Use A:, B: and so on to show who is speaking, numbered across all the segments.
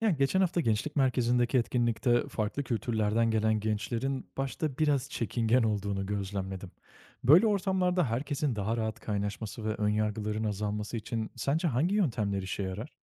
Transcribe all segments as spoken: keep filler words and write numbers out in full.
A: Yani geçen hafta gençlik merkezindeki etkinlikte farklı kültürlerden gelen gençlerin başta biraz çekingen olduğunu gözlemledim. Böyle ortamlarda herkesin daha rahat kaynaşması ve önyargıların azalması için sence hangi yöntemler işe yarar?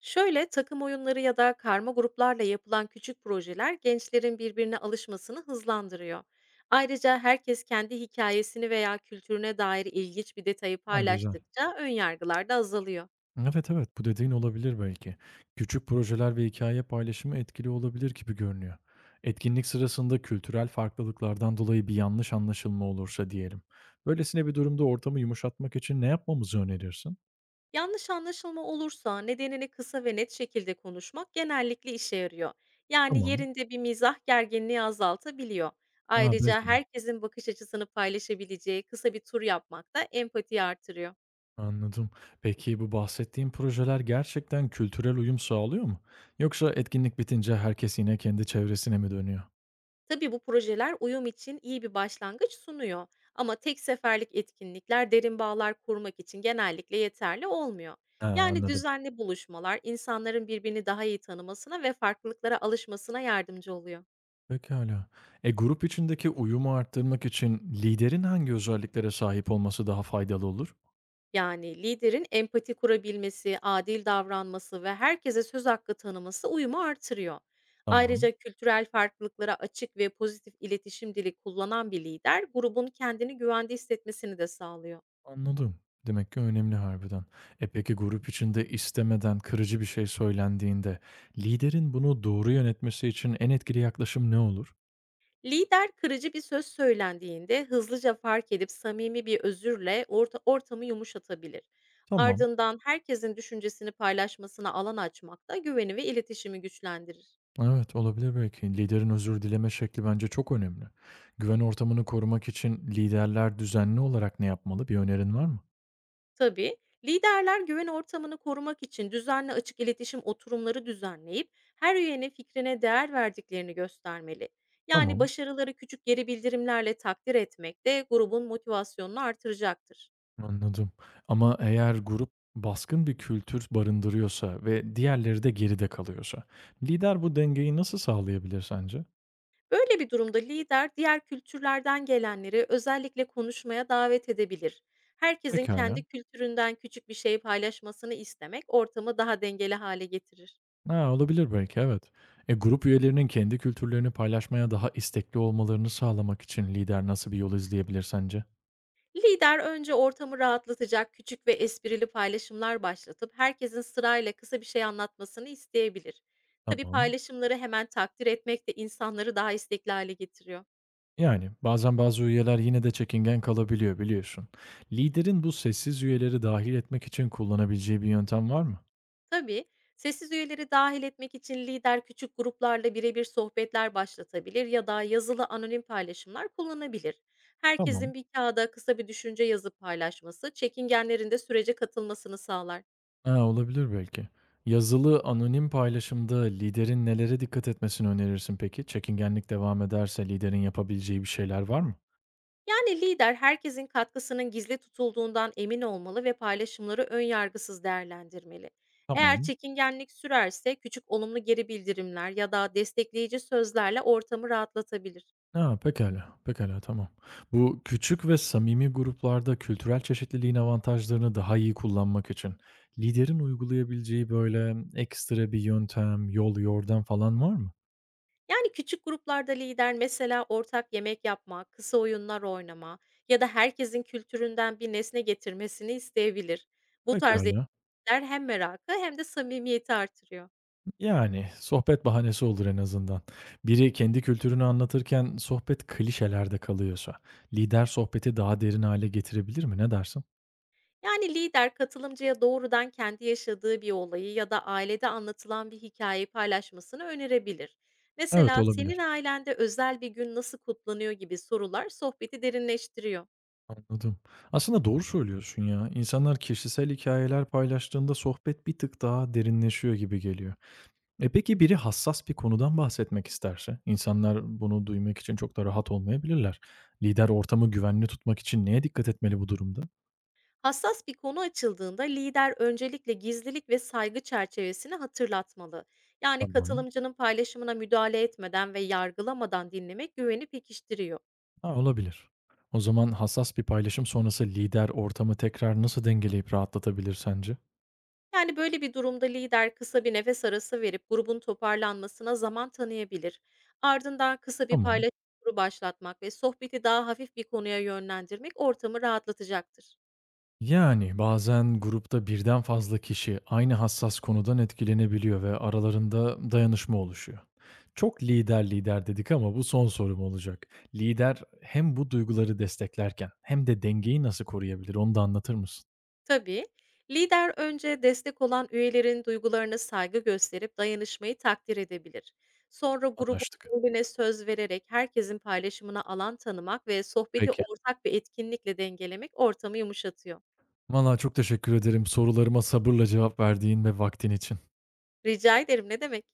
B: Şöyle takım oyunları ya da karma gruplarla yapılan küçük projeler gençlerin birbirine alışmasını hızlandırıyor. Ayrıca herkes kendi hikayesini veya kültürüne dair ilginç bir detayı
A: Ha, güzel.
B: paylaştıkça ön yargılar da azalıyor.
A: Evet, evet, bu dediğin olabilir belki. Küçük projeler ve hikaye paylaşımı etkili olabilir gibi görünüyor. Etkinlik sırasında kültürel farklılıklardan dolayı bir yanlış anlaşılma olursa diyelim. Böylesine bir durumda ortamı yumuşatmak için ne yapmamızı önerirsin?
B: Yanlış anlaşılma olursa nedenini kısa ve net şekilde konuşmak genellikle işe yarıyor. Yani
A: Tamam.
B: yerinde bir mizah gerginliği azaltabiliyor.
A: Ha,
B: Ayrıca
A: belki de.
B: herkesin bakış açısını paylaşabileceği kısa bir tur yapmak da empati artırıyor.
A: Anladım. Peki bu bahsettiğim projeler gerçekten kültürel uyum sağlıyor mu? Yoksa etkinlik bitince herkes yine kendi çevresine mi dönüyor?
B: Tabii bu projeler uyum için iyi bir başlangıç sunuyor, ama tek seferlik etkinlikler derin bağlar kurmak için genellikle yeterli olmuyor.
A: Ha,
B: Yani
A: anladım.
B: düzenli buluşmalar insanların birbirini daha iyi tanımasına ve farklılıklara alışmasına yardımcı oluyor.
A: Pekala. E, grup içindeki uyumu arttırmak için liderin hangi özelliklere sahip olması daha faydalı olur?
B: Yani liderin empati kurabilmesi, adil davranması ve herkese söz hakkı tanıması uyumu artırıyor.
A: Tamam.
B: Ayrıca kültürel farklılıklara açık ve pozitif iletişim dili kullanan bir lider, grubun kendini güvende hissetmesini de sağlıyor.
A: Anladım. Demek ki önemli harbiden. E peki, grup içinde istemeden kırıcı bir şey söylendiğinde liderin bunu doğru yönetmesi için en etkili yaklaşım ne olur?
B: Lider, kırıcı bir söz söylendiğinde hızlıca fark edip samimi bir özürle orta ortamı yumuşatabilir.
A: Tamam.
B: Ardından herkesin düşüncesini paylaşmasına alan açmak da güveni ve iletişimi güçlendirir.
A: Evet, olabilir belki. Liderin özür dileme şekli bence çok önemli. Güven ortamını korumak için liderler düzenli olarak ne yapmalı? Bir önerin var mı?
B: Tabii, liderler güven ortamını korumak için düzenli açık iletişim oturumları düzenleyip her üyenin fikrine değer verdiklerini göstermeli. Yani
A: Tamam,
B: başarıları küçük geri bildirimlerle takdir etmek de grubun motivasyonunu artıracaktır.
A: anladım. Ama eğer grup baskın bir kültür barındırıyorsa ve diğerleri de geride kalıyorsa, lider bu dengeyi nasıl sağlayabilir sence?
B: Böyle bir durumda lider, diğer kültürlerden gelenleri özellikle konuşmaya davet edebilir. Herkesin
A: Pekala.
B: kendi kültüründen küçük bir şey paylaşmasını istemek ortamı daha dengeli hale getirir.
A: Ha, olabilir belki, evet. E, grup üyelerinin kendi kültürlerini paylaşmaya daha istekli olmalarını sağlamak için lider nasıl bir yol izleyebilir sence?
B: Lider önce ortamı rahatlatacak küçük ve esprili paylaşımlar başlatıp herkesin sırayla kısa bir şey anlatmasını isteyebilir. Tabii,
A: Tamam.
B: paylaşımları hemen takdir etmek de insanları daha istekli hale getiriyor.
A: Yani, bazen bazı üyeler yine de çekingen kalabiliyor, biliyorsun. Liderin bu sessiz üyeleri dahil etmek için kullanabileceği bir yöntem var mı?
B: Tabii, sessiz üyeleri dahil etmek için lider küçük gruplarla birebir sohbetler başlatabilir ya da yazılı anonim paylaşımlar kullanabilir.
A: Tamam.
B: Herkesin bir kağıda kısa bir düşünce yazıp paylaşması, çekingenlerin de sürece katılmasını sağlar.
A: Ha, olabilir belki. Yazılı anonim paylaşımda liderin nelere dikkat etmesini önerirsin peki? Çekingenlik devam ederse liderin yapabileceği bir şeyler var mı?
B: Yani lider herkesin katkısının gizli tutulduğundan emin olmalı ve paylaşımları ön yargısız değerlendirmeli. Eğer
A: Tamam.
B: çekingenlik sürerse küçük olumlu geri bildirimler ya da destekleyici sözlerle ortamı rahatlatabilir.
A: A, pekala, pekala, tamam. Bu küçük ve samimi gruplarda kültürel çeşitliliğin avantajlarını daha iyi kullanmak için liderin uygulayabileceği, böyle, ekstra bir yöntem, yol, yordam falan var mı?
B: Yani, küçük gruplarda lider mesela ortak yemek yapma, kısa oyunlar oynama ya da herkesin kültüründen bir nesne getirmesini isteyebilir. Bu tarz
A: Pekala.
B: etkiler hem merakı hem de samimiyeti artırıyor.
A: Yani, sohbet bahanesi olur en azından. Biri kendi kültürünü anlatırken sohbet klişelerde kalıyorsa lider sohbeti daha derin hale getirebilir mi? Ne dersin?
B: Yani lider katılımcıya doğrudan kendi yaşadığı bir olayı ya da ailede anlatılan bir hikayeyi paylaşmasını önerebilir.
A: Evet,
B: Mesela "Senin
A: olabilir.
B: ailende özel bir gün nasıl kutlanıyor?" gibi sorular sohbeti derinleştiriyor.
A: Anladım. Aslında doğru söylüyorsun ya. İnsanlar kişisel hikayeler paylaştığında sohbet bir tık daha derinleşiyor gibi geliyor. E, peki biri hassas bir konudan bahsetmek isterse? İnsanlar bunu duymak için çok da rahat olmayabilirler. Lider ortamı güvenli tutmak için neye dikkat etmeli bu durumda?
B: Hassas bir konu açıldığında lider öncelikle gizlilik ve saygı çerçevesini hatırlatmalı. Yani
A: Tamam.
B: katılımcının paylaşımına müdahale etmeden ve yargılamadan dinlemek güveni pekiştiriyor.
A: Ha, olabilir. O zaman hassas bir paylaşım sonrası lider ortamı tekrar nasıl dengeleyip rahatlatabilir sence?
B: Yani böyle bir durumda lider kısa bir nefes arası verip grubun toparlanmasına zaman tanıyabilir. Ardından kısa bir
A: Tamam.
B: paylaşım turu başlatmak ve sohbeti daha hafif bir konuya yönlendirmek ortamı rahatlatacaktır.
A: Yani, bazen grupta birden fazla kişi aynı hassas konudan etkilenebiliyor ve aralarında dayanışma oluşuyor. Çok lider lider dedik ama bu son sorum olacak. Lider hem bu duyguları desteklerken hem de dengeyi nasıl koruyabilir, onu da anlatır mısın?
B: Tabii. Lider önce destek olan üyelerin duygularına saygı gösterip dayanışmayı takdir edebilir. Sonra grubun
A: Anlaştık.
B: rolüne söz vererek herkesin paylaşımına alan tanımak ve sohbeti
A: Peki.
B: ortak bir etkinlikle dengelemek ortamı yumuşatıyor.
A: Valla çok teşekkür ederim sorularıma sabırla cevap verdiğin ve vaktin için.
B: Rica ederim, ne demek?